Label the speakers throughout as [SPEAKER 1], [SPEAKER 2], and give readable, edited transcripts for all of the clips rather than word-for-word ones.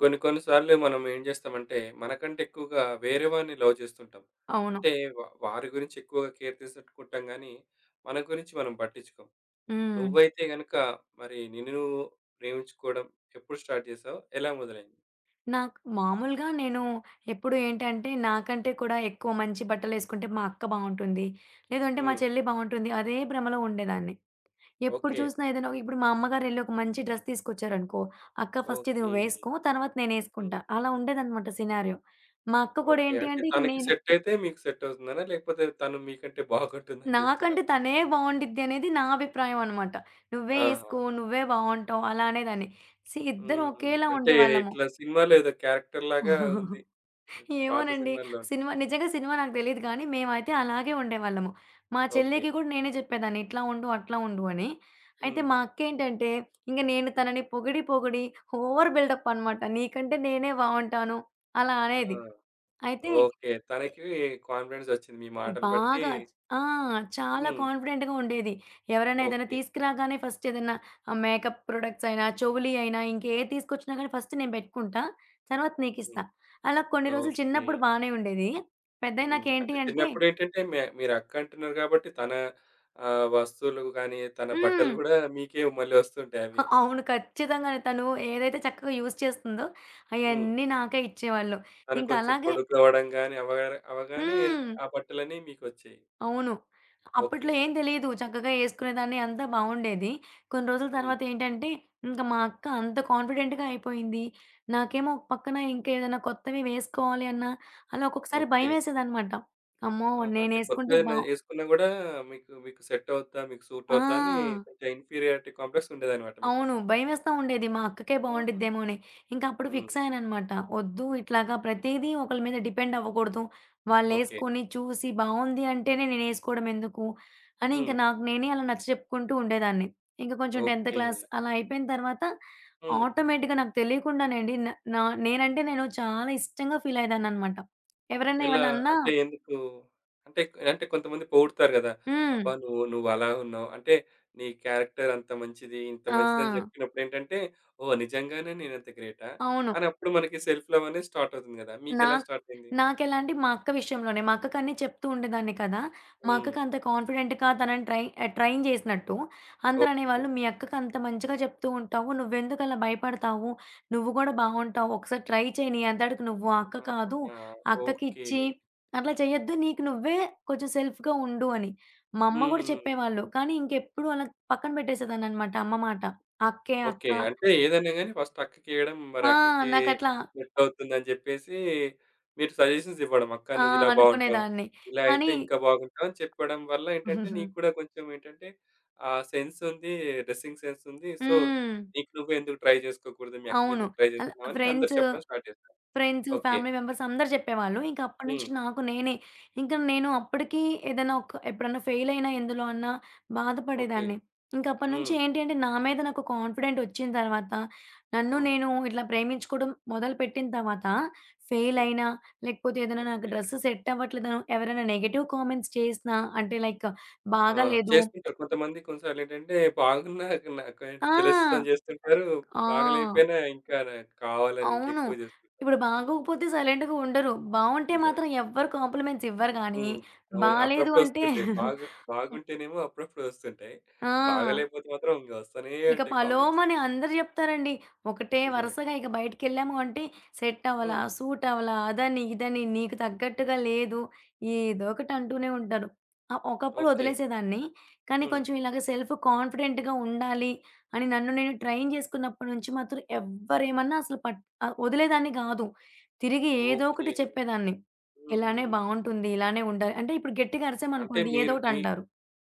[SPEAKER 1] కొన్ని కొన్ని సార్లు మనం ఏం చేస్తామంటే, మనకంటే ఎక్కువగా వేరే వారిని లవ్ చేస్తుంటాం.
[SPEAKER 2] అవును.
[SPEAKER 1] అంటే వారి గురించి ఎక్కువగా కేర్ తీసుకుంటాం గానీ, మన గురించి మనం పట్టించుకోం.
[SPEAKER 2] హ్మ్.
[SPEAKER 1] నువ్వైతే గనుక మరి నిన్ను నువ్వు ప్రేమించుకోవడం ఎప్పుడు స్టార్ట్ చేసావు? ఎలా మొదలైంది?
[SPEAKER 2] నాకు మామూలుగా నేను ఎప్పుడు ఏంటంటే, నాకంటే కూడా ఎక్కువ మంచి బట్టలేసుకుంటే మా అక్క బావుంటుంది. లేదంటే మా
[SPEAKER 1] హ్మ్.
[SPEAKER 2] చెల్లి బావుంటుంది. అదే భ్రమలో ఉండేదాన్ని. ఎప్పుడు
[SPEAKER 1] ఓకే.
[SPEAKER 2] చూసినా ఇప్పుడు మా అమ్మగారెళ్లి ఒక మంచి డ్రెస్ తీసుకొచ్చారనుకో, "అక్క ఫస్ట్ ఇది
[SPEAKER 1] ఓకే.
[SPEAKER 2] నువ్వేసుకో, తర్వాత
[SPEAKER 1] హ్మ్.
[SPEAKER 2] నేనేసుకుంటా." అలా ఉండేదనమాట సినారియో. మా అక్క కూడా
[SPEAKER 1] ఓకే.
[SPEAKER 2] ఏంటి
[SPEAKER 1] అంటే
[SPEAKER 2] అంటే, ఇక
[SPEAKER 1] తనకి
[SPEAKER 2] నేను
[SPEAKER 1] సెట్ అయితే మీకు సెట్ అవుతుందనా? లేకపోతే తను మీకంటే బాగుంటుందని
[SPEAKER 2] నాకంటే
[SPEAKER 1] చెప్తున్నారా?
[SPEAKER 2] తనే బావుండిద్ది అనేది నా అభిప్రాయం అనమాట. "నువ్వే
[SPEAKER 1] ఆహా!
[SPEAKER 2] ఏసుకో, నువ్వే బావుంటావు." అలా అనేదాన్ని. ఇద్దరం
[SPEAKER 1] హ్మ్.
[SPEAKER 2] ఒకేలా
[SPEAKER 1] అంటే
[SPEAKER 2] ఉండేవాళ్ళము.
[SPEAKER 1] ఇట్లా సినిమాలో ఏదో క్యారెక్టర్ లాగా ఉంది. పాత
[SPEAKER 2] ఏమోనండి.
[SPEAKER 1] సినిమాల్లో.
[SPEAKER 2] సినిమా నాకు తెలీదు గానీ, మేమైతే అలాగే ఉండేవాళ్ళము. మా
[SPEAKER 1] ఓకే.
[SPEAKER 2] చెల్లికి కూడా నేనే చెప్పేదాన్ని. ఇట్లా ఉండు, అట్లా ఉండు అని. అయితే
[SPEAKER 1] హ్మ్.
[SPEAKER 2] మా అక్కేంటంటే, ఇంక నేను తనని పొగిడి, ఓవర్ బిల్డప్ అనమాట. నీకంటే నేనే బావుంటాను అలా
[SPEAKER 1] ఆ!
[SPEAKER 2] అనేది. అయితే
[SPEAKER 1] ఓకే. తనకి కాన్ఫిడెన్స్ ఒచ్చింది. మీ మాటలు బట్టి.
[SPEAKER 2] బాగా ఆ! చాలా
[SPEAKER 1] హ్మ్.
[SPEAKER 2] కాన్ఫిడెంట్‌గా ఉండేది. ఎవరైనా ఏదైనా
[SPEAKER 1] ఓకే.
[SPEAKER 2] తీసుకురాగానే ఫస్ట్ ఏదన్నా మేకప్ ప్రొడక్ట్స్ అయినా, చెవులి అయినా ఇంకేది తీసుకొచ్చినా గానీ ఫస్ట్ నేను పెట్టుకుంటా. తర్వాత నీకిస్తా.
[SPEAKER 1] హ్మ్.
[SPEAKER 2] అలా కొన్ని రోజులు
[SPEAKER 1] ఓకే.
[SPEAKER 2] చిన్నప్పుడు బానే ఉండేది.
[SPEAKER 1] హ్మ్.
[SPEAKER 2] పెద్దయినాకేంటి
[SPEAKER 1] అంటే
[SPEAKER 2] అంటే
[SPEAKER 1] చిన్నప్పుడేంటంటే మీరక్క అంటున్నారు గాబట్టి తన వస్తువులు గానీ, తన బట్టలు
[SPEAKER 2] హ్మ్.
[SPEAKER 1] గూడా మీకే మళ్ళీ ఒస్తుంటాయి
[SPEAKER 2] అ
[SPEAKER 1] అవి.
[SPEAKER 2] అవును. ఖచ్చితంగానే. తను ఏదైతే చక్కగా యూజ్ చేస్తుందో
[SPEAKER 1] హ్మ్.
[SPEAKER 2] అయన్నీ నాకే ఇచ్చేవాళ్ళు.
[SPEAKER 1] తను
[SPEAKER 2] ఇంక
[SPEAKER 1] కొంచెం
[SPEAKER 2] అలాగే
[SPEAKER 1] పొడుగు అవ్వడం గాని అవగానే
[SPEAKER 2] హ్మ్.
[SPEAKER 1] ఆ బట్టలన్నీ మీకొచ్చాయి.
[SPEAKER 2] అవును.
[SPEAKER 1] ఓకే.
[SPEAKER 2] అప్పట్లో ఏం తెలీదు. చక్కగా ఏసుకునేదాన్ని అంతా బావుండేది. కొన్ని రోజుల
[SPEAKER 1] హ్మ్.
[SPEAKER 2] తర్వాత ఏంటంటే, ఇంక మా అక్క అంత కాన్ఫిడెంట్‌గా అయిపోయింది. నాకేమో ఒక పక్కన ఇంకేదైనా కొత్తవి వేసుకోవాలి అన్నా, అలా ఒక్కొక్కసారి
[SPEAKER 1] ఓకే.
[SPEAKER 2] భయమేసేదనమాట. అమ్మో!
[SPEAKER 1] ఆ! అంటే
[SPEAKER 2] నేనేసుకుంటే
[SPEAKER 1] కొత్తయేమన్నా
[SPEAKER 2] బా
[SPEAKER 1] యేసుకున్నా గూడా మీకు మీకు సెట్ అవుద్దా? మీకు సూట్
[SPEAKER 2] ఆ!
[SPEAKER 1] అవుద్దా? అని కొంచెం ఇన్ఫీరియారిటీ కాంప్లెక్స్ ఉండేదన్నమాట మీకు.
[SPEAKER 2] అవును. భయమేస్తా ఉండేది. మా అక్కకే
[SPEAKER 1] ఆహా!
[SPEAKER 2] బావుండిద్దేమో అని. ఇంక అప్పుడు
[SPEAKER 1] హ్మ్.
[SPEAKER 2] ఫిక్స్ అయ్యాననమాట. వద్దు, ఇట్లాగా ప్రతీదీ ఒకళ్ళ మీద డిపెండ్ అవ్వకూడదు.
[SPEAKER 1] ఓకే.
[SPEAKER 2] వాళ్ళేసుకొని చూసి బావుంది అంటేనే నేనేసుకోవడం ఎందుకు? అని ఇంక
[SPEAKER 1] హ్మ్.
[SPEAKER 2] నాకు నేనే అలా నచ్చ చెప్పుకుంటూ ఉండేదాన్ని. ఇంక కొంచెం 10థ్
[SPEAKER 1] ఓకే.
[SPEAKER 2] క్లాస్ అలా అయిపోయిన తర్వాత
[SPEAKER 1] హ్మ్.
[SPEAKER 2] ఆటోమేటిక్‌గా నాకు తెలియకుండానే అండి న నా నేనంటే నేను చాలా ఇష్టంగా ఫీల్ అయ్యేదాన్ననమాట. ఎవరైనా
[SPEAKER 1] ఎలా
[SPEAKER 2] ఏమన్నా అన్నా
[SPEAKER 1] అంటే ఎందుకు? అంటే అంటే కొంతమంది పొగుడుతారు గదా!
[SPEAKER 2] హ్మ్.
[SPEAKER 1] అబ్బా! నువ్వలా ఉన్నావు. అంటే నీ క్యారెక్టర్ అంత మంచిది, ఇంత మంచిదని
[SPEAKER 2] ఆ!
[SPEAKER 1] జెప్పినప్పుడేంటంటే, ఓహ్! నిజంగానే నేనంత గ్రేటా?
[SPEAKER 2] అవును.
[SPEAKER 1] అని అప్పుడు మనకి సెల్ఫ్ లవ్ అనేది స్టార్ట్ అవుతుంది గదా! మీకెలా
[SPEAKER 2] నాకు
[SPEAKER 1] స్టార్ట్ అయింది?
[SPEAKER 2] నాకెలా అంటే మా అక్క విషయంలోనే. మా అక్కకన్నీ చెప్తూ ఉండేదాన్ని కదా! మా
[SPEAKER 1] హ్మ్.
[SPEAKER 2] అక్కకంత కాన్ఫిడెంట్‌గా తనని ట్రైన్ చేసినట్టు. అందరూ
[SPEAKER 1] ఓకే.
[SPEAKER 2] అనేవాళ్ళు, "మీ అక్కకంత మంచిగా చెప్తూ ఉంటావు. నువ్వెందుకలా భయపడతావు? నువ్వు గూడా బావుంటావు. ఒకసారి ట్రై చెయి. నీ అంతటికి నువ్వు అక్క కాదు.
[SPEAKER 1] ఆ! ఓకే.
[SPEAKER 2] అక్కకిచ్చి అట్లా చేయొద్దు. నీకు నువ్వే కొంచెం సెల్ఫ్‌గా ఉండు" అని. మా అమ్మ గూడా
[SPEAKER 1] హుహు.
[SPEAKER 2] చెప్పేవాళ్ళు. కానీ ఇంకెప్పుడు అలా పక్కన పెట్టేసేదాన్ననమాట అమ్మ మాట. అక్కే
[SPEAKER 1] ఓకే.
[SPEAKER 2] అక్క
[SPEAKER 1] అంటే ఏదైనా గాని ఫస్ట్ అక్కకేయడం, మరి
[SPEAKER 2] ఆ!
[SPEAKER 1] అక్కకి
[SPEAKER 2] నాకట్లా
[SPEAKER 1] సెట్ అవుతుందని జెప్పేసి మీరు సజెషన్స్ ఇవ్వడం. అక్క
[SPEAKER 2] ఆ!
[SPEAKER 1] నువ్విలా బావుంటావు.
[SPEAKER 2] అనుకునేదాన్ని.
[SPEAKER 1] ఇలా అయితే
[SPEAKER 2] కానీ
[SPEAKER 1] ఇంకా బాగుంటావు అని చెప్పడం వల్ల ఏంటంటే, నీకు కూడా కొంచెం ఏంటంటే ఆ సెన్స్ ఉంది. డ్రెస్సింగ్ సెన్స్ ఉంది. సో,
[SPEAKER 2] హ్మ్.
[SPEAKER 1] నీకు నువ్వే ఎందుకు ట్రై జేసుకోకూడదు? మీ అక్క
[SPEAKER 2] అవును.
[SPEAKER 1] మీదెందుకు ట్రై
[SPEAKER 2] అలా
[SPEAKER 1] జేస్తున్నావు అని అందరూ
[SPEAKER 2] ఫ్రెండ్స్,
[SPEAKER 1] చెప్పడం స్టార్ట్ జేస్తారు. ఓకే.
[SPEAKER 2] ఫ్యామిలీ మెంబర్స్ అందరూ చెప్పేవాళ్ళు. ఇంక
[SPEAKER 1] హ్మ్.
[SPEAKER 2] అప్పటినుంచి నాకు నేనే ఇంకా నేను అప్పటికి ఏదైనా ఒక ఎప్పుడన్నా ఫెయిల్ అయినా ఎందులో అన్నా
[SPEAKER 1] ఓకే.
[SPEAKER 2] బాధపడేదాన్ని. ఇంక అప్పటినుంచి
[SPEAKER 1] హ్మ్.
[SPEAKER 2] ఏంటి అంటే నా మీద నాకు కాన్ఫిడెంట్ వచ్చిన తర్వాత, నన్ను
[SPEAKER 1] అవును.
[SPEAKER 2] నేను ఇట్లా ప్రేమించుకోవడం మొదలుపెట్టిన తర్వాత, ఫెయిల్
[SPEAKER 1] హ్మ్.
[SPEAKER 2] అయినా లేకపోతే ఏదైనా నాకు
[SPEAKER 1] ఓకే.
[SPEAKER 2] డ్రెస్ సెట్ అవ్వట్లేదనో, ఎవరైనా నెగెటివ్ కామెంట్స్ చేసినా అంటే లైక్
[SPEAKER 1] ఆ!
[SPEAKER 2] బాగాలేదు.
[SPEAKER 1] చేస్తుంటారు. కొంతమంది కొన్నిసార్లు ఏంటంటే బాగున్నా నాకు
[SPEAKER 2] ఆ!
[SPEAKER 1] జెలస్‌తోని చేస్తుంటారు.
[SPEAKER 2] ఆ!
[SPEAKER 1] బాగలేకపోయినా ఇంకా నాకు కావాలని
[SPEAKER 2] అవును.
[SPEAKER 1] ఇంకెక్కువ చేస్తుంటారు.
[SPEAKER 2] ఇప్పుడు బాగోకపోతే సైలెంట్‌గా ఉండరు. బావుంటే
[SPEAKER 1] నిజమే.
[SPEAKER 2] మాత్రం ఎవ్వరు కాంప్లిమెంట్స్ ఇవ్వరు గానీ,
[SPEAKER 1] హ్మ్. అవును.
[SPEAKER 2] బాలేదు
[SPEAKER 1] అప్పుడప్పుడు
[SPEAKER 2] అంటే
[SPEAKER 1] వస్తుంటాయి. బాగా బాగుంటేనేమో అప్పుడప్పుడు వస్తుంటాయి.
[SPEAKER 2] ఆ!
[SPEAKER 1] బాగాలేకపోతే మాత్రం ఇంక వస్తూనే
[SPEAKER 2] ఇక
[SPEAKER 1] ఉంటాయి కామెంట్స్.
[SPEAKER 2] 'పలోమని' అందరూ జెప్తారండి. ఒకటే
[SPEAKER 1] నిజమే.
[SPEAKER 2] వరుసగా ఇక బయటికెళ్ళాము అంటే సెట్ అవ్వలా,
[SPEAKER 1] హ్మ్.
[SPEAKER 2] సూట్ అవ్వలా, అదని, ఇదని, నీకు తగ్గట్టుగా లేదు. ఏదో ఒకటి అంటూనే ఉంటారు. ఒకప్పుడు
[SPEAKER 1] ఓకే.
[SPEAKER 2] వదిలేసేదాన్ని. కానీ
[SPEAKER 1] హ్మ్.
[SPEAKER 2] కొంచెం ఇలాగ సెల్ఫ్ కాన్ఫిడెంట్‌గా ఉండాలి అని నన్ను నేను ట్రైన్ జేసుకున్నప్పటి నుంచి మాత్రం ఎవ్వరేమన్నా అసలు వదిలేదాన్ని గాదు. తిరిగి ఏదో
[SPEAKER 1] ఓకే.
[SPEAKER 2] ఒకటి చెప్పేదాన్ని.
[SPEAKER 1] హుహు.
[SPEAKER 2] ఇలానే బావుంటుంది. ఇలానే ఉండాలి. అంటే ఇప్పుడు గట్టిగా
[SPEAKER 1] అంటే
[SPEAKER 2] అరిసామనుకోండి ఏదో
[SPEAKER 1] మీరు
[SPEAKER 2] ఒకటి
[SPEAKER 1] మీ
[SPEAKER 2] అంటారు.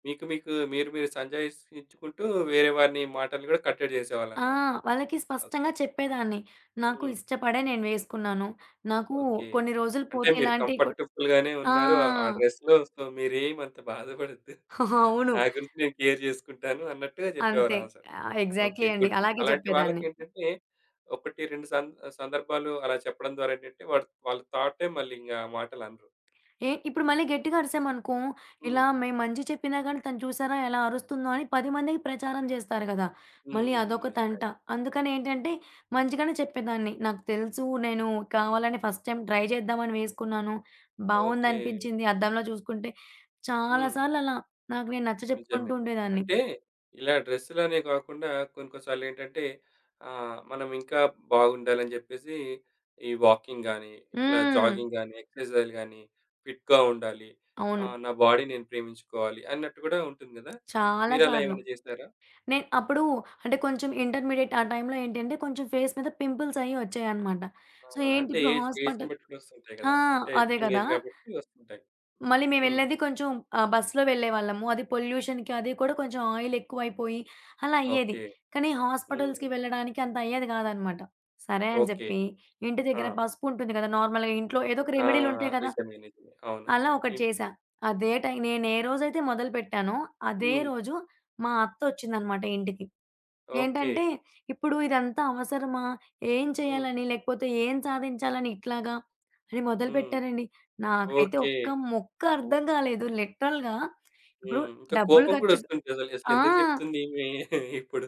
[SPEAKER 1] మీకు మీకు మీరు మీరు సంజాయించుకుంటూ వేరే వారిని మాటలు కూడా కట్టడి
[SPEAKER 2] ఆ!
[SPEAKER 1] చేసేవాళ్ళన్నమాట.
[SPEAKER 2] వాళ్ళకి
[SPEAKER 1] ఓకే.
[SPEAKER 2] స్పష్టంగా చెప్పేదాన్ని. నాకు
[SPEAKER 1] హ్మ్.
[SPEAKER 2] ఇష్టపడే నేను వేసుకున్నాను. నాకు
[SPEAKER 1] ఓకే.
[SPEAKER 2] కొన్ని రోజులు
[SPEAKER 1] అంటే
[SPEAKER 2] పోతే
[SPEAKER 1] మీరు
[SPEAKER 2] ఇలాంటి కొ
[SPEAKER 1] కంఫర్టబుల్‌గానే
[SPEAKER 2] ఆ!
[SPEAKER 1] ఉన్నారు. ఆ డ్రెస్‌లో. సో, మీరేమంత బాధపడొద్దు.
[SPEAKER 2] అవును.
[SPEAKER 1] నా గురించి నేను కేర్ జేసుకుంటాను అన్నట్టుగా జెప్పేవారు
[SPEAKER 2] అంతే.
[SPEAKER 1] ఆన్సర్. ఓకే.
[SPEAKER 2] ఎగ్జాక్ట్‌లీ అండి.
[SPEAKER 1] గుడ్. గుడ్.
[SPEAKER 2] అలాగే
[SPEAKER 1] అలాంటి
[SPEAKER 2] చెప్పేదాన్ని.
[SPEAKER 1] వాళ్ళకేంటంటే, 1, 2 సందర్భాలు అలా చెప్పడం ద్వారా ఏంటంటే, వాడు వాళ్ళ థాటే మళ్ళీ ఇంగ ఆ మాటలనరు.
[SPEAKER 2] ఏ ఇప్పుడు మళ్ళీ గట్టిగా అరిసామనుకో,
[SPEAKER 1] హ్మ్.
[SPEAKER 2] ఇలా మేము మంచి చెప్పినా గాని తను చూసారా ఎలా అరుస్తుందో అని 10 మందికి ప్రచారం చేస్తారు గదా!
[SPEAKER 1] హ్మ్.
[SPEAKER 2] మళ్ళీ అదొక
[SPEAKER 1] నిజమే
[SPEAKER 2] తంట.
[SPEAKER 1] అండి.
[SPEAKER 2] అందుకని ఏంటంటే మంచిగానే చెప్పేదాన్ని. నాకు తెలుసు, నేను కావాలని ఫస్ట్ టైమ్ ట్రై చేద్దామని వేసుకున్నాను.
[SPEAKER 1] ఓకే.
[SPEAKER 2] బావుందనిపించింది. అద్దంలో చూసుకుంటే చాలా
[SPEAKER 1] హ్మ్.
[SPEAKER 2] సార్లలా. నాకు నేను నచ్చ
[SPEAKER 1] నిజమే.
[SPEAKER 2] చెప్పుకుంటూ
[SPEAKER 1] నిజమే.
[SPEAKER 2] ఉండేదాన్ని.
[SPEAKER 1] అంటే ఇలా డ్రెస్సులనే కాకుండా కొన్ని కొన్ని సార్లేంటంటే మనం ఇంకా బాగుండాలని జెప్పేసి ఈ వాకింగ్ గాని, ఇట్లా
[SPEAKER 2] హ్మ్.
[SPEAKER 1] జాగింగ్ గాని, ఎక్సర్‌సైజ్‌లు గాని, ఫిట్‌గా ఉండాలి.
[SPEAKER 2] అవును.
[SPEAKER 1] నా బాడీ నేను ప్రేమించుకోవాలి అన్నట్టు గూడా ఉంటుంది గదా!
[SPEAKER 2] చాలా
[SPEAKER 1] మీరలా
[SPEAKER 2] సార్లు.
[SPEAKER 1] ఏమైనా జేసారా?
[SPEAKER 2] నేను అప్పుడు అంటే కొంచెం ఇంటర్మీడియేట్ ఆ టైంలో ఏంటంటే కొంచెం ఫేస్ మీద పింపుల్స్ అయ్యి వచ్చాయన్నమాట. సో,
[SPEAKER 1] ఆ!
[SPEAKER 2] ఏంటి
[SPEAKER 1] అంటే
[SPEAKER 2] ఇప్పుడు
[SPEAKER 1] ఏజ్‌ని
[SPEAKER 2] హాస్పిటల్
[SPEAKER 1] బట్టి కూడా వస్తుంటాయి
[SPEAKER 2] ఆ!
[SPEAKER 1] గదా! అంటే
[SPEAKER 2] అదే కదా!
[SPEAKER 1] టీనేజ్ గాబట్టి వస్తుంటాయి.
[SPEAKER 2] మళ్ళీ
[SPEAKER 1] హ్మ్.
[SPEAKER 2] మేమెళ్ళేది కొంచెం బస్‌లో వెళ్ళేవాళ్ళము. అది పొల్యూషన్‌కి, అది కూడా కొంచెం ఆయిల్ ఎక్కువైపోయి అలా అయ్యేది.
[SPEAKER 1] ఓకే.
[SPEAKER 2] కానీ
[SPEAKER 1] హ్మ్.
[SPEAKER 2] హాస్పిటల్స్‌కి వెళ్ళడానికి అంత అయ్యేది కాదన్నమాట. సరే అని
[SPEAKER 1] ఓకే.
[SPEAKER 2] చెప్పి ఇంటి
[SPEAKER 1] ఆ!
[SPEAKER 2] దగ్గర పసుపు ఉంటుంది కదా! నార్మల్‌గా ఇంట్లో ఏదో ఒక
[SPEAKER 1] ఆ!
[SPEAKER 2] రెమెడీలుంటాయి కదా!
[SPEAKER 1] నిజమే. నిజమే. అవును.
[SPEAKER 2] అలా ఒకటి
[SPEAKER 1] ఇన్
[SPEAKER 2] చేశా. అదే టైం నేనే రోజైతే మొదలుపెట్టానో, అదే
[SPEAKER 1] హ్మ్.
[SPEAKER 2] రోజు మా అత్తొచ్చిందనమాట ఇంటికి.
[SPEAKER 1] ఓకే.
[SPEAKER 2] ఏంటంటే, ఇప్పుడు ఇదంతా అవసరమా? ఏం
[SPEAKER 1] హ్మ్.
[SPEAKER 2] చేయాలని, లేకపోతే ఏం సాధించాలని ఇట్లాగా అని
[SPEAKER 1] హ్మ్.
[SPEAKER 2] మొదలుపెట్టారండి. నాకైతే
[SPEAKER 1] ఓకే.
[SPEAKER 2] ఒక్క ముక్క అర్థం కాలేదు. లిటరల్‌గా ఇప్పుడు
[SPEAKER 1] హ్మ్. ఇంకా
[SPEAKER 2] డబ్బులు
[SPEAKER 1] కోపం కూడా
[SPEAKER 2] ఖర్చు
[SPEAKER 1] వస్తుంటది అసలు.
[SPEAKER 2] ఆ!
[SPEAKER 1] అసలెందుకు చెప్తుంది ఈమె ఇప్పుడు.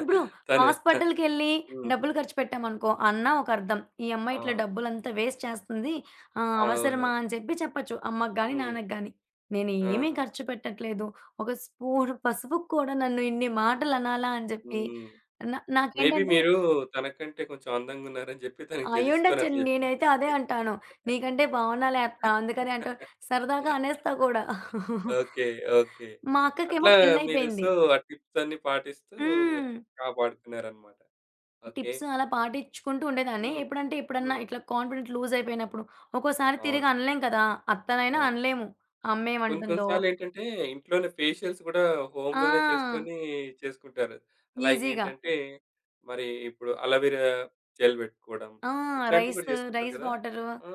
[SPEAKER 2] ఇప్పుడు
[SPEAKER 1] తను
[SPEAKER 2] హాస్పిటల్‌కెళ్ళి
[SPEAKER 1] హ్మ్.
[SPEAKER 2] డబ్బులు ఖర్చు పెట్టామనుకో, అన్నా ఒక అర్థం. ఈ అమ్మాయి
[SPEAKER 1] ఆ!
[SPEAKER 2] ఇట్లా డబ్బులంతా వేస్ట్ చేస్తుంది.
[SPEAKER 1] అవును.
[SPEAKER 2] అవసరమా అని చెప్పి చెప్పొచ్చు. అమ్మకి గాని,
[SPEAKER 1] హ్మ్.
[SPEAKER 2] నాన్నకి గాని. నేను ఏమీ
[SPEAKER 1] ఆహా!
[SPEAKER 2] ఖర్చు పెట్టట్లేదు. ఒక స్పూన్ పసుపుకి కూడా నన్ను ఇన్ని మాటలు అనాలా అని చెప్పి
[SPEAKER 1] హ్మ్. మేబీ
[SPEAKER 2] నాకేంటంటే
[SPEAKER 1] మీరు తనకంటే కొంచెం అందంగున్నారని జెప్పి తనకి జెలస్‌తోని అట్లా
[SPEAKER 2] అయ్యుండొచ్చండి.
[SPEAKER 1] జెప్పింది.
[SPEAKER 2] నేనైతే అదే అంటాను. నీకంటే బాగున్నాలే అత్త. అందుకని అంటా, సరదాగా అనేస్తా కూడా.
[SPEAKER 1] ఓకే. ఓకే.
[SPEAKER 2] మా అక్కకేమో
[SPEAKER 1] అట్లా మీరు.
[SPEAKER 2] పెళ్లయిపోయింది.
[SPEAKER 1] సో, ఆ టిప్స్ అన్నీ పాటిస్తూ మీరు
[SPEAKER 2] హ్మ్.
[SPEAKER 1] కాపాడుకున్నారన్నమాట. ఓకే.
[SPEAKER 2] టిప్స్ అలా పాటించుకుంటూ ఉండేదాన్ని.
[SPEAKER 1] హ్మ్.
[SPEAKER 2] ఎప్పుడంటే ఎప్పుడన్నా
[SPEAKER 1] హ్మ్.
[SPEAKER 2] ఇట్లా కాన్ఫిడెన్స్ లూజ్ అయిపోయినప్పుడు, ఒక్కోసారి
[SPEAKER 1] అవును.
[SPEAKER 2] తిరిగి అనలేం కదా! అత్తనైనా
[SPEAKER 1] అవును.
[SPEAKER 2] అనలేము.
[SPEAKER 1] కొన్ని కొన్ని
[SPEAKER 2] అమ్మేమంటుందో
[SPEAKER 1] సార్లేంటంటే ఇంట్లోనే ఫేషియల్స్ గూడా హోమ్‌లోనే
[SPEAKER 2] ఆ!
[SPEAKER 1] చేసుకొని చేసుకుంటారు. లైక్
[SPEAKER 2] ఈజీగా.
[SPEAKER 1] ఏంటంటే, మరి ఇప్పుడు అలోవెరా జెల్ బెట్టుకోవడం,
[SPEAKER 2] ఆ!
[SPEAKER 1] ఇట్లాంటివి
[SPEAKER 2] రైస్,
[SPEAKER 1] గూడా చేస్తుంటారు
[SPEAKER 2] రైస్
[SPEAKER 1] కదా!
[SPEAKER 2] వాటరు
[SPEAKER 1] ఆ!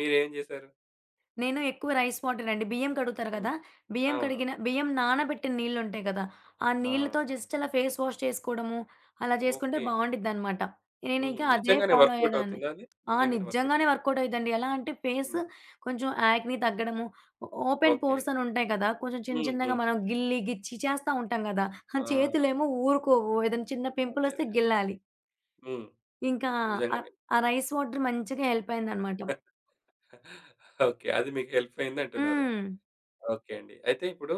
[SPEAKER 1] మీరేం జేశారు?
[SPEAKER 2] నేను ఎక్కువ రైస్ వాటర్ అండి. బియ్యం కడుగుతారు
[SPEAKER 1] హ్మ్.
[SPEAKER 2] కదా!
[SPEAKER 1] అవునవును.
[SPEAKER 2] బియ్యం నానబెట్టిన నీళ్లుంటాయి కదా! ఆ
[SPEAKER 1] ఆ!
[SPEAKER 2] నీళ్లతో జస్ట్ అలా ఫేస్ వాష్ చేసుకోవడము, అలా చేసుకుంటే
[SPEAKER 1] ఓకే.
[SPEAKER 2] బావుండిద్దనమాట.
[SPEAKER 1] హ్మ్.
[SPEAKER 2] నేనింక అదే
[SPEAKER 1] నిజంగానే
[SPEAKER 2] ఫాలో
[SPEAKER 1] వర్కౌట్
[SPEAKER 2] అయ్యేదాన్ని.
[SPEAKER 1] అవుతుందా అది?
[SPEAKER 2] ఆ!
[SPEAKER 1] నిజంగానే వర్కౌట్
[SPEAKER 2] నిజంగానే
[SPEAKER 1] అవుతుంది.
[SPEAKER 2] వర్కౌట్ అయిద్దండి. ఎలా అంటే ఫేస్
[SPEAKER 1] హ్మ్.
[SPEAKER 2] కొంచెం యాక్ని తగ్గడము, ఓపెన్
[SPEAKER 1] ఓకే.
[SPEAKER 2] పోర్స్ అనుంటాయి కదా! కొంచెం చిన్న
[SPEAKER 1] హ్మ్.
[SPEAKER 2] చిన్నగా
[SPEAKER 1] హ్మ్.
[SPEAKER 2] మనం గిల్లి, గిచ్చి చేస్తా ఉంటాం కదా! ఆ
[SPEAKER 1] ఆ!
[SPEAKER 2] చేతులేమో ఊరుకోవు. ఏదైనా చిన్న
[SPEAKER 1] అదే.
[SPEAKER 2] పింపులొస్తే
[SPEAKER 1] అదే.
[SPEAKER 2] గిల్లాలి.
[SPEAKER 1] హ్మ్.
[SPEAKER 2] ఇంకా ఆ
[SPEAKER 1] నిజంగానే.
[SPEAKER 2] ఆ రైస్ వాటర్ మంచిగా హెల్ప్ అయిందనమాట.
[SPEAKER 1] ఓకే. అది మీకు హెల్ప్ అయిందంటున్నారు.
[SPEAKER 2] హ్మ్.
[SPEAKER 1] ఓకే అండి. అయితే ఇప్పుడు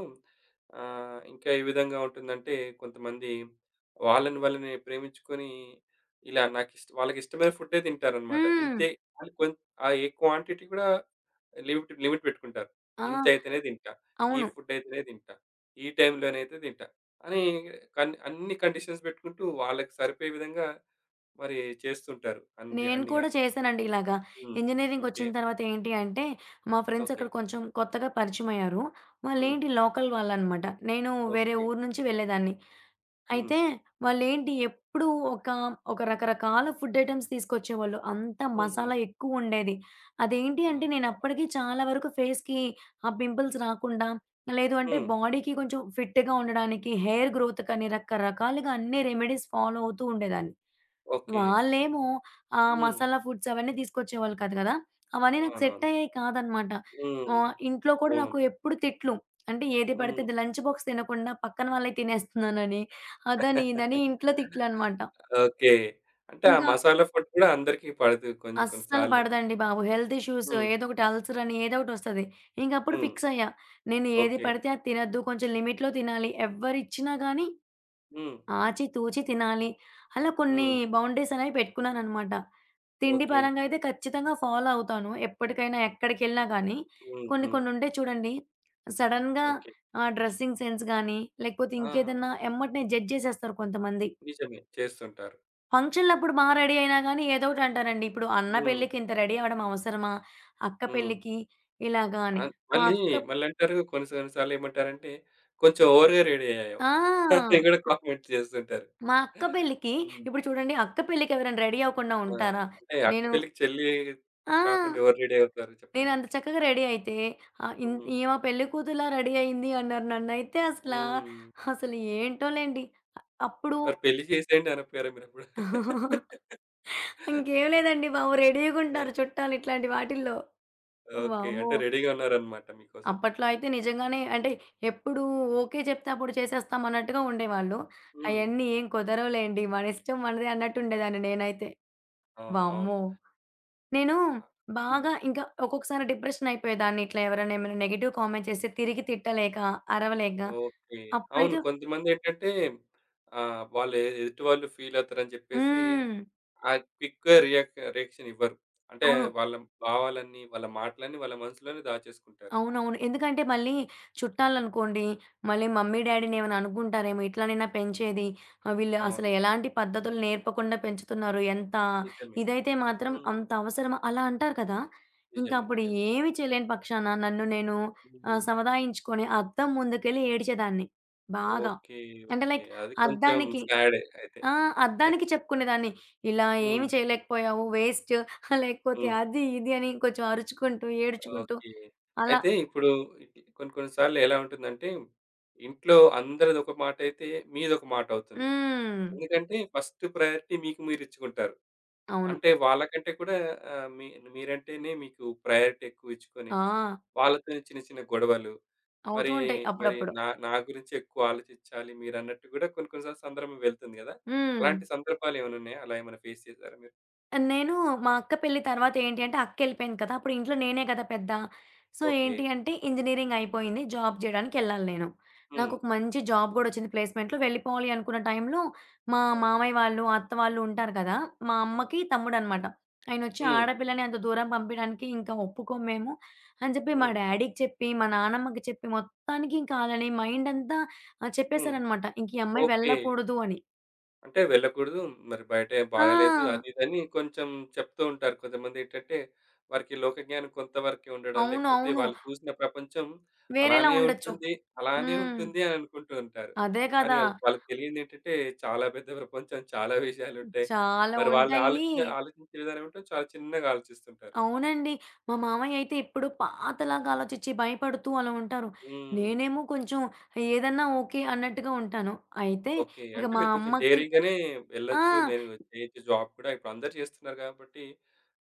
[SPEAKER 1] ఇంకా ఏ విధంగా ఉంటుందంటే కొంతమంది వాళ్ళని వాళ్ళని ప్రేమించుకొని ఇలా వాళ్ళకిష్టమైన ఫుడ్డే తింటారనమాట.
[SPEAKER 2] హ్మ్.
[SPEAKER 1] ఇంతే అని ఆ ఏ క్వాంటిటీ కూడా లిమిట్ లిమిట్ పెట్టుకుంటారు.
[SPEAKER 2] ఆ!
[SPEAKER 1] ఇంతైతేనే తింటా. ఈ
[SPEAKER 2] అవును.
[SPEAKER 1] ఫుడ్ అయితేనే తింటా. ఈ టైంలోనైతే తింటా. అని అన్ని కండిషన్స్ పెట్టుకుంటూ వాళ్ళకి సరిపోయే విధంగా మరి చేస్తుంటారు. అంది
[SPEAKER 2] నేను
[SPEAKER 1] అన్ని
[SPEAKER 2] కూడా
[SPEAKER 1] గాని.
[SPEAKER 2] చేశానండి ఇలాగా.
[SPEAKER 1] హ్మ్. ఓకే.
[SPEAKER 2] ఇంజినీరింగ్‌కొచ్చిన తర్వాత ఏంటి అంటే, మా ఫ్రెండ్స్
[SPEAKER 1] ఓకే.
[SPEAKER 2] అక్కడ కొంచెం కొత్తగా పరిచయమయ్యారు.
[SPEAKER 1] హ్మ్.
[SPEAKER 2] వాళ్ళేంటి లోకల్ వాళ్ళనమాట. నేను వేరే
[SPEAKER 1] ఓకే.
[SPEAKER 2] ఊరు నుంచి వెళ్ళేదాన్ని.
[SPEAKER 1] హ్మ్.
[SPEAKER 2] అయితే వాళ్ళేంటి ఎప్పుడూ ఒక, ఒక రకరకాల ఫుడ్ ఐటెమ్స్ తీసుకొచ్చేవాళ్ళు. అంతా
[SPEAKER 1] హుహు.
[SPEAKER 2] మసాలా ఎక్కువుండేది. అదేంటి అంటే
[SPEAKER 1] ఆహా!
[SPEAKER 2] నేనప్పటికి చాలా వరకు ఫేస్‌కి ఆ పింపుల్స్ రాకుండా, లేదు అంటే
[SPEAKER 1] హ్మ్.
[SPEAKER 2] బాడీకి కొంచెం ఫిట్‌గా ఉండడానికి, హెయిర్ గ్రోత్‌కని రకరకాలుగా అన్ని రెమెడీస్ ఫాలో అవుతూ ఉండేదాన్ని.
[SPEAKER 1] ఓకే.
[SPEAKER 2] వాళ్ళేమో ఆ
[SPEAKER 1] హ్మ్.
[SPEAKER 2] మసాలా ఫుడ్స్ అవన్నీ తీసుకొచ్చేవాళ్ళు కాదు కదా! అవన్నీ నాకు సెట్
[SPEAKER 1] అవునవును.
[SPEAKER 2] అయ్యేయి కాదనమాట.
[SPEAKER 1] హ్మ్.
[SPEAKER 2] ఇంట్లో కూడా నాకు
[SPEAKER 1] అవును.
[SPEAKER 2] ఎప్పుడు తిట్లు. అంటే ఏది పడితే
[SPEAKER 1] హ్మ్.
[SPEAKER 2] అది లంచ్ బాక్స్ తినకుండా పక్కన వాళ్ళయి తినేస్తున్నానని, అదని, ఇదని ఇంట్లో తిట్లనమాట.
[SPEAKER 1] ఓకే. అంటే ఆ
[SPEAKER 2] ఇంకా
[SPEAKER 1] మసాలా ఫుడ్ కూడా అందరికి పడదు కొన్ని కొన్ని
[SPEAKER 2] అస్సలు
[SPEAKER 1] సార్లు.
[SPEAKER 2] పడదండి బాబు. హెల్త్ ఇష్యూస్
[SPEAKER 1] హ్మ్.
[SPEAKER 2] ఏదో ఒకటి అల్సర్ అని ఏదో ఒకటొస్తది. ఇంకప్పుడు
[SPEAKER 1] హ్మ్.
[SPEAKER 2] ఫిక్స్ అయ్యా. నేను ఏది
[SPEAKER 1] ఓకే.
[SPEAKER 2] పడితే అది తినొద్దు. కొంచెం లిమిట్‌లో తినాలి. ఎవ్వరిచ్చినా గాని
[SPEAKER 1] హ్మ్.
[SPEAKER 2] ఆచితూచి తినాలి. అలా కొన్ని
[SPEAKER 1] హ్మ్.
[SPEAKER 2] బౌండరీస్ అనేవి పెట్టుకున్నాననమాట. తిండి
[SPEAKER 1] ఓకే.
[SPEAKER 2] పరంగా అయితే ఖచ్చితంగా ఫాలో అవుతాను. ఎప్పటికైనా ఎక్కడికెళ్ళినా గానీ,
[SPEAKER 1] హ్మ్.
[SPEAKER 2] కొన్ని
[SPEAKER 1] హ్మ్.
[SPEAKER 2] కొన్ని ఉంటాయి చూడండి. సడెన్‌గా
[SPEAKER 1] ఓకే.
[SPEAKER 2] డ్రెస్సింగ్ సెన్స్ గానీ, లేకపోతే
[SPEAKER 1] ఆ!
[SPEAKER 2] ఇంకేదన్నా ఎమ్మటనే జడ్జ్ జేసేస్తారు కొంతమంది.
[SPEAKER 1] నిజమే. చేస్తుంటారు.
[SPEAKER 2] ఫంక్షన్‌లప్పుడు బా రెడీ అయినా గానీ ఏదో ఒకటి అంటారండి. ఇప్పుడు అన్న
[SPEAKER 1] హ్మ్.
[SPEAKER 2] పెళ్ళికి ఇంత రెడీ అవ్వడం అవసరమా? అక్క
[SPEAKER 1] హ్మ్.
[SPEAKER 2] పెళ్ళికి ఇలాగా అని. మా
[SPEAKER 1] మళ్ళీ
[SPEAKER 2] అక్క
[SPEAKER 1] మళ్ళంటారు కొన్ని కొన్ని సార్లేమంటారంటే, "కొంచెం ఓవర్‌గా రెడీ అయ్యావు"
[SPEAKER 2] ఆ!
[SPEAKER 1] అని కూడా కామెంట్ చేస్తుంటారు.
[SPEAKER 2] మా అక్క పెళ్ళికి
[SPEAKER 1] హ్మ్.
[SPEAKER 2] ఇప్పుడు చూడండి, అక్క పెళ్ళికి ఎవరైనా రెడీ అవ్వకుండా
[SPEAKER 1] ఆ!
[SPEAKER 2] ఉంటారా?
[SPEAKER 1] అంటే అక్క
[SPEAKER 2] నేను
[SPEAKER 1] పెళ్ళికి చెల్లి
[SPEAKER 2] ఆ!
[SPEAKER 1] కాకుండా ఎవరు రెడీ అవుతారు చెప్పండి?
[SPEAKER 2] నేనంత చక్కగా రెడీ అయితే, ఆహ్, ఇన్
[SPEAKER 1] హ్మ్.
[SPEAKER 2] ఈమె పెళ్లి కూతురులా రెడీ అయింది అన్నారు. నన్నైతే అసలా,
[SPEAKER 1] హ్మ్.
[SPEAKER 2] అసలు ఏంటోలెండి. అప్పుడు
[SPEAKER 1] మరి పెళ్లి చేసేయండి అనకపోయారా మీరప్పుడు?
[SPEAKER 2] ఇంకేం లేదండి బాబు,
[SPEAKER 1] ఆ!
[SPEAKER 2] రెడీగుంటారు చుట్టాలు ఇట్లాంటి వాటిల్లో.
[SPEAKER 1] ఓకే. అంటే
[SPEAKER 2] వామ్మో!
[SPEAKER 1] రెడీగా ఉన్నారన్నమాట మీకోసం.
[SPEAKER 2] అప్పట్లో అయితే నిజంగానే అంటే ఎప్పుడు ఓకే చెప్తే అప్పుడు చేసేస్తాం అన్నట్టుగా ఉండేవాళ్ళు.
[SPEAKER 1] హ్మ్.
[SPEAKER 2] అయన్నీ ఏం కుదరవులేండి. మన ఇష్టం మనదే అన్నట్టుండేదాన్ని నేనైతే.
[SPEAKER 1] అవును. అవును.
[SPEAKER 2] వామ్మో! నేను
[SPEAKER 1] ఆ! హ్మ్.
[SPEAKER 2] బాగా ఇంకా ఒక్కొక్కసారి డిప్రెషన్ అయిపోయేదాన్ని. ఇట్లా ఎవరైనా ఏమైనా నెగెటివ్ కామెంట్ చేస్తే తిరిగి తిట్టలేక, అరవలేక
[SPEAKER 1] ఓకే. అవును.
[SPEAKER 2] అప్పుడైతే
[SPEAKER 1] కొంతమందేంటంటే వాళ్ళు ఎదుటి వాళ్ళు ఫీల్ అవుతారని చెప్పేసి
[SPEAKER 2] హ్మ్.
[SPEAKER 1] ఆ క్విక్‌గా రియాక్షన్ ఇవ్వరు. అంటే
[SPEAKER 2] అవును.
[SPEAKER 1] వాళ్ళ భావాలన్నీ, వాళ్ళ మాటలన్నీ వాళ్ళ మనసులోనే దాచేసుకుంటారు.
[SPEAKER 2] అవునవును. ఎందుకంటే మళ్ళీ చుట్టాలనుకోండి, మళ్ళీ మమ్మీ, డ్యాడీ‌నేమైనా అనుకుంటారేమో, ఇట్లా నేనా పెంచేది? వీళ్ళు అసలు
[SPEAKER 1] అవును.
[SPEAKER 2] ఎలాంటి పద్ధతులు నేర్పకుండా పెంచుతున్నారు.
[SPEAKER 1] నిజమే.
[SPEAKER 2] ఇదైతే మాత్రం
[SPEAKER 1] హ్మ్.
[SPEAKER 2] అంత అవసరమా? అలా అంటారు కదా! ఇంకా
[SPEAKER 1] నిజమే.
[SPEAKER 2] అప్పుడు
[SPEAKER 1] నిజమే.
[SPEAKER 2] ఏమి చేయలేని పక్షాన నన్ను నేను
[SPEAKER 1] హ్మ్.
[SPEAKER 2] సముదాయించుకొని అద్దం ముందుకెళ్ళి ఏడిచేదాన్ని బాగా.
[SPEAKER 1] ఓకే.
[SPEAKER 2] అంటే
[SPEAKER 1] ఓకే.
[SPEAKER 2] లైక్
[SPEAKER 1] అది కొంచెం
[SPEAKER 2] అద్దానికి
[SPEAKER 1] సాడే అయితే.
[SPEAKER 2] ఆ! అద్దానికి చెప్పుకునేదాన్ని. ఇలా
[SPEAKER 1] హ్మ్.
[SPEAKER 2] ఏమి చేయలేకపోయావు. వేస్ట్ లేకపోతే
[SPEAKER 1] హ్మ్.
[SPEAKER 2] అది, ఇది అని కొంచెం అరుచుకుంటూ, ఏడుచుకుంటూ
[SPEAKER 1] ఓకే.
[SPEAKER 2] అలా
[SPEAKER 1] అయితే ఇప్పుడు ఇట్ల కొన్ని కొన్ని సార్లు ఎలా ఉంటుందంటే, ఇంట్లో అందరిదొక మాటైతే మీదొక మాటవుతుంది.
[SPEAKER 2] హ్మ్.
[SPEAKER 1] ఎందుకంటే ఫస్ట్ ప్రయారిటీ మీకు మీరిచ్చుకుంటారు.
[SPEAKER 2] అవును.
[SPEAKER 1] అంటే వాళ్ళకంటే కూడా మీ మీరంటేనే మీకు ప్రయారిటీ ఎక్కువిచ్చుకొని
[SPEAKER 2] ఆ!
[SPEAKER 1] వాళ్ళతోనే చిన్న చిన్న గొడవలు.
[SPEAKER 2] అవుతూ
[SPEAKER 1] మరి,
[SPEAKER 2] ఉంటాయి
[SPEAKER 1] మరి
[SPEAKER 2] అప్పుడప్పుడు.
[SPEAKER 1] నా నా గురించి ఎక్కువ ఆలోచించాలి మీరన్నట్టు గూడా కొన్ని కొన్ని సార్లు సందర్భం వెళ్తుంది గదా!
[SPEAKER 2] హ్మ్.
[SPEAKER 1] అలాంటి సందర్భాలేమైనా ఉన్నాయా? అలా ఏమైనా ఫేస్ చేసారా మీరు?
[SPEAKER 2] నేను మా అక్క పెళ్లి తర్వాత ఏంటి అంటే అక్కెళ్ళిపోయింది కదా! అప్పుడు ఇంట్లో నేనే కదా పెద్ద. So,
[SPEAKER 1] okay.
[SPEAKER 2] ఏంటి అంటే ఇంజినీరింగ్ అయిపోయింది. జాబ్ జేయడానికెళ్ళాలి నేను.
[SPEAKER 1] హ్మ్.
[SPEAKER 2] నాకొక మంచి జాబ్ గూడా వచ్చింది ప్లేస్‌మెంట్‌లో. వెళ్ళిపోవాలి అనుకున్న టైంలో మా
[SPEAKER 1] హ్మ్.
[SPEAKER 2] మామయ్య వాళ్ళు, అత్త వాళ్ళు ఉంటారు కదా! మా అమ్మకి
[SPEAKER 1] అవును.
[SPEAKER 2] తమ్ముడనమాట. ఆయనొచ్చి
[SPEAKER 1] హ్మ్.
[SPEAKER 2] ఆడపిల్లని అంత దూరం పంపియడానికి ఇంకా ఒప్పుకోము మేము అని జెప్పి మా
[SPEAKER 1] హ్మ్.
[SPEAKER 2] డ్యాడీకి చెప్పి, మా నానమ్మకి చెప్పి మొత్తానికి ఇంకా ఆళ్ళని మైండంతా
[SPEAKER 1] హ్మ్.
[SPEAKER 2] చెప్పేశారనమాట. ఇంక ఈ అమ్మాయి
[SPEAKER 1] ఓకే.
[SPEAKER 2] వెళ్ళకూడదు అని.
[SPEAKER 1] అంటే వెళ్ళకూడదు. మరి బయట
[SPEAKER 2] ఆ!
[SPEAKER 1] బాగాలేదు అది ఇదని కొంచెం చెప్తూ ఉంటారు. కొంతమందేంటంటే వారికి లోక జ్ఞానం కొంతవరకే ఉండడం,
[SPEAKER 2] అవును.
[SPEAKER 1] లేకపోతే
[SPEAKER 2] అవును.
[SPEAKER 1] వాళ్ళు చూసిన ప్రపంచం
[SPEAKER 2] వేరేలా
[SPEAKER 1] అలానే
[SPEAKER 2] ఉండొచ్చు.
[SPEAKER 1] ఉంటుంది, అలానే
[SPEAKER 2] హ్మ్.
[SPEAKER 1] ఉంటుంది అని అనుకుంటూ ఉంటారు.
[SPEAKER 2] అదే
[SPEAKER 1] కానీ
[SPEAKER 2] కదా!
[SPEAKER 1] ఆళ్ళకి వాళ్ళకి తెలియనిదేంటంటే చాలా పెద్ద ప్రపంచం, చాలా విషయాలుంటాయి.
[SPEAKER 2] చాలా
[SPEAKER 1] మరి వాళ్ళు
[SPEAKER 2] ఉంటాయి.
[SPEAKER 1] ఆలోచించే విధానం ఏంటో చాలా చిన్నగా ఆలోచిస్తుంటారు.
[SPEAKER 2] అవునండి. మా మామయ్య అయితే ఎప్పుడు పాతలాగా ఆలోచించి భయపడుతూ అలా ఉంటారు.
[SPEAKER 1] హ్మ్.
[SPEAKER 2] నేనేమో కొంచెం ఏదన్నా ఓకే అన్నట్టుగా ఉంటాను. అయితే
[SPEAKER 1] ఓకే.
[SPEAKER 2] ఇక
[SPEAKER 1] అంటే
[SPEAKER 2] మా
[SPEAKER 1] మీరు కొంచెం
[SPEAKER 2] అమ్మకి
[SPEAKER 1] డేరింగ్‌గానే
[SPEAKER 2] ఆ!
[SPEAKER 1] వెళ్ళొచ్చు. నేను చేయొచ్చు జాబ్ కూడా ఇప్పుడు అందరూ చేస్తున్నారు కాబట్టి,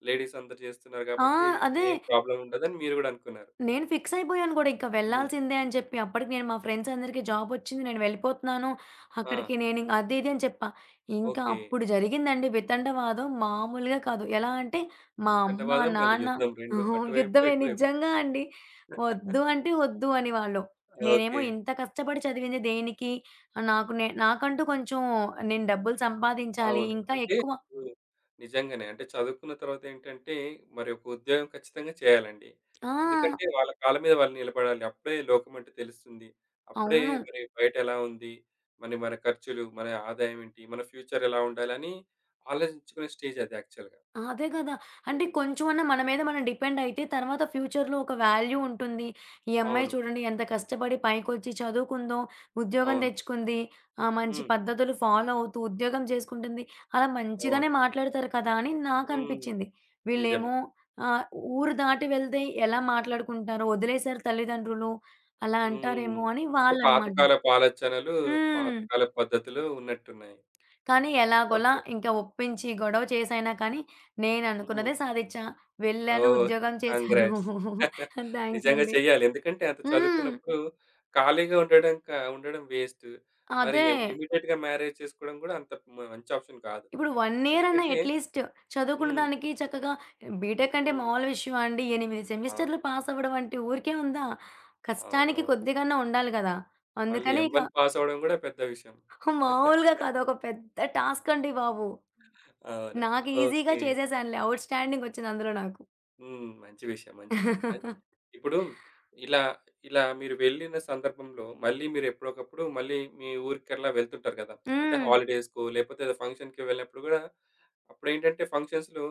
[SPEAKER 1] లేడీస్ అందరూ చేస్తున్నారు
[SPEAKER 2] ఆ!
[SPEAKER 1] కాబట్టి
[SPEAKER 2] అదే.
[SPEAKER 1] ఏం ప్రాబ్లమ్ ఉండదని మీరు గూడా అనుకున్నారు.
[SPEAKER 2] నేను ఫిక్స్ అయిపోయాను గూడా. ఇంక
[SPEAKER 1] హ్మ్.
[SPEAKER 2] వెళ్ళాల్సిందే అని చెప్పి. అప్పటికి నేను మా ఫ్రెండ్స్ అందరికి జాబొచ్చింది. నేను వెళ్ళిపోతున్నాను.
[SPEAKER 1] ఆ!
[SPEAKER 2] అక్కడికి నేనింక అది ఇది అని చెప్పా. ఇంకా
[SPEAKER 1] ఓకే.
[SPEAKER 2] అప్పుడు జరిగిందండి వితండవాదం మామూలుగా కాదు. ఎలా అంటే మా అమ్మ,
[SPEAKER 1] వితండవాదం మళ్ళీ
[SPEAKER 2] నాన్న
[SPEAKER 1] యుద్ధం 2
[SPEAKER 2] ఆహ్,
[SPEAKER 1] అటువైపు,
[SPEAKER 2] యుద్ధమే
[SPEAKER 1] ఇటువైపు.
[SPEAKER 2] నిజంగా అండి. వద్దు అంటే వద్దు అనేవాళ్ళు. నేనేమో
[SPEAKER 1] ఓకే.
[SPEAKER 2] ఇంత కష్టపడి చదివింది దేనికి? నాకు నే నాకంటూ కొంచెం నేను డబ్బులు సంపాదించాలి.
[SPEAKER 1] అవును.
[SPEAKER 2] ఇంకా
[SPEAKER 1] అంటే
[SPEAKER 2] ఎక్కువ
[SPEAKER 1] ఇప్పుడు నిజంగానే. అంటే చదువుకున్న తర్వాతేంటంటే, మరి ఒక ఉద్యోగం ఖచ్చితంగా చేయాలండి.
[SPEAKER 2] ఆ!
[SPEAKER 1] ఎందుకంటే వాళ్ళ కాళ్ళ మీద వాళ్ళు నిలబడాలి. అప్పుడే లోకమంటే తెలుస్తుంది. అప్పుడే
[SPEAKER 2] అవును.
[SPEAKER 1] మరి బయట ఎలా ఉంది? మరి మన ఖర్చులు, మన ఆదాయం ఏంటి? మన ఫ్యూచర్ ఎలా ఉండాలని ఆలోచించుకునే స్టేజ్ అది యాక్చువల్‌గా.
[SPEAKER 2] ఆ, అదే గదా! అంటే కొంచెమన్నా మన మీద మనం డిపెండ్ అయితే తర్వాత ఫ్యూచర్‌లో ఒక వాల్యూ ఉంటుంది. ఈ అమ్మాయి
[SPEAKER 1] అవును.
[SPEAKER 2] చూడండి ఎంత కష్టపడి పైకొచ్చి చదువుకుందో, ఉద్యోగం
[SPEAKER 1] అవును.
[SPEAKER 2] తెచ్చుకుంది. ఆ! మంచి
[SPEAKER 1] హ్మ్.
[SPEAKER 2] పద్ధతులు ఫాలో అవుతూ ఉద్యోగం చేసుకుంటుంది. అలా
[SPEAKER 1] అవును.
[SPEAKER 2] మంచిగానే మాట్లాడతారు కదా అని
[SPEAKER 1] హ్మ్.
[SPEAKER 2] నాకనిపిచ్చింది.
[SPEAKER 1] నిజమే.
[SPEAKER 2] వీళ్ళేమో ఆహ్, ఊరు దాటి వెళ్తే ఎలా మాట్లాడుకుంటారో, వదిలేసారు తల్లిదండ్రులు అలా
[SPEAKER 1] హ్మ్.
[SPEAKER 2] అంటారేమో అని
[SPEAKER 1] అంటే
[SPEAKER 2] వాళ్ళనమాట.
[SPEAKER 1] పాతకాలపు ఆలోచనలు,
[SPEAKER 2] హ్మ్.
[SPEAKER 1] పాతకాలపు పద్ధతులు ఉన్నట్టున్నాయి.
[SPEAKER 2] కానీ ఎలాగోలా
[SPEAKER 1] ఓకే.
[SPEAKER 2] ఇంకా ఒప్పించి, గొడవ చేసైనా కానీ
[SPEAKER 1] హ్మ్.
[SPEAKER 2] నేననుకున్నదే సాధిచ్చా. వెళ్ళాను,
[SPEAKER 1] ఓహ్!
[SPEAKER 2] ఉద్యోగం చేశాను.
[SPEAKER 1] కంగ్రాట్స్.
[SPEAKER 2] థాంక్స్
[SPEAKER 1] నిజంగా
[SPEAKER 2] అండి.
[SPEAKER 1] చెయ్యాలి. ఎందుకంటే అంత
[SPEAKER 2] హ్మ్.
[SPEAKER 1] చదువుకున్నప్పుడు ఖాళీగా ఉండడం వేస్ట్. మరి
[SPEAKER 2] అదే.
[SPEAKER 1] ఇమ్మీడియేట్‌గా మ్యారేజ్ చేసుకోవడం గూడా అంత మంచి ఆప్షన్ కాదు.
[SPEAKER 2] ఇప్పుడు 1 ఇయర్ అన్నా
[SPEAKER 1] ఎందుకంటే
[SPEAKER 2] అట్‌లీస్ట్ చదువుకున్న
[SPEAKER 1] హ్మ్.
[SPEAKER 2] దానికి చక్కగా బీటెక్ అంటే
[SPEAKER 1] హ్మ్.
[SPEAKER 2] మామూలు విషయమా అండి? 8
[SPEAKER 1] అవును.
[SPEAKER 2] సెమిస్టర్‌లు పాస్ అవ్వడం అంటే ఊరికే ఉందా? కష్టానికి
[SPEAKER 1] అవునవును.
[SPEAKER 2] కొద్దిగన్నా ఉండాలి గదా!
[SPEAKER 1] మళ్ళీ
[SPEAKER 2] అందుకని
[SPEAKER 1] ఎం
[SPEAKER 2] ఇక
[SPEAKER 1] వన్ పాస్ అవ్వడం గూడా పెద్ద విషయం.
[SPEAKER 2] మామూలుగా కాదు. ఒక పెద్ద టాస్క్ అండి బాబు.
[SPEAKER 1] అవును.
[SPEAKER 2] నాకు ఈజీగా
[SPEAKER 1] ఓకే.
[SPEAKER 2] చేసేశానులే. ఔట్ స్టాండింగ్ వచ్చింది అందులో నాకు.
[SPEAKER 1] హ్మ్. మంచి విషయం. మంచి విషయం. అయితే ఇప్పుడు ఇలా, ఇలా మీరు వెళ్ళిన సందర్భంలో మళ్ళీ మీరెప్పుడోకప్పుడు మళ్ళీ మీ ఊరికలా వెళ్తుంటారు గదా! అంటే
[SPEAKER 2] హ్మ్.
[SPEAKER 1] హాలిడేస్‌కో లేపోతే ఏదో ఫంక్షన్‌కి వెళ్ళినప్పుడు గూడా అప్పుడేంటంటే ఫంక్షన్స్‌లో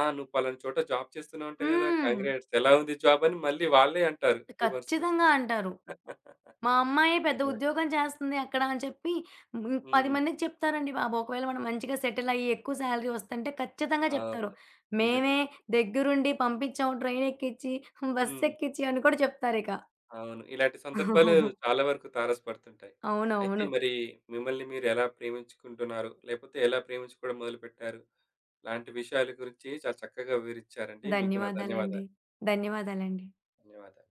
[SPEAKER 1] "ఆ! నువ్వు పలానా చోట జాబ్ చేస్తున్నావంట గదా!
[SPEAKER 2] హ్మ్.
[SPEAKER 1] కంగ్రాట్స్. ఎలా ఉంది జాబ్?" అని మళ్ళీ వాళ్ళే అంటారు రివర్స్‌లో.
[SPEAKER 2] ఖచ్చితంగా అంటారు. మా అమ్మాయే పెద్ద
[SPEAKER 1] నిజమే.
[SPEAKER 2] ఉద్యోగం చేస్తుంది అక్కడ అని చెప్పి హ్మ్. 10
[SPEAKER 1] హ్మ్.
[SPEAKER 2] మందికి చెప్తారండి బాబు. ఒకవేళ మనం మంచిగా సెటిల్ అయ్యి ఎక్కువ సాలరీ వస్తంటే ఖచ్చితంగా చెప్తారు.
[SPEAKER 1] అవును. నిజమే.
[SPEAKER 2] మేమే దగ్గరుండి పంపించాం ట్రైన్ ఎక్కించి, బస్
[SPEAKER 1] హ్మ్.
[SPEAKER 2] ఎక్కించి అని కూడా చెప్తారిక.
[SPEAKER 1] అవును. ఇలాంటి సందర్భాలు చాలా వరకు తారసపడుతుంటాయి. అయితే
[SPEAKER 2] అవునవును.
[SPEAKER 1] మరి మిమ్మల్ని మీరు ఎలా ప్రేమించుకుంటున్నారు? లేపోతే ఎలా ప్రేమించుకోవడం మొదలుపెట్టారు? లాంటి విషయాల గురించి చాలా చక్కగా వివరిచ్చారండి. మీకు నా
[SPEAKER 2] ధన్యవాదాలండి.
[SPEAKER 1] ధన్యవాదాలు.
[SPEAKER 2] ధన్యవాదాలండి.
[SPEAKER 1] ధన్యవాదాలు.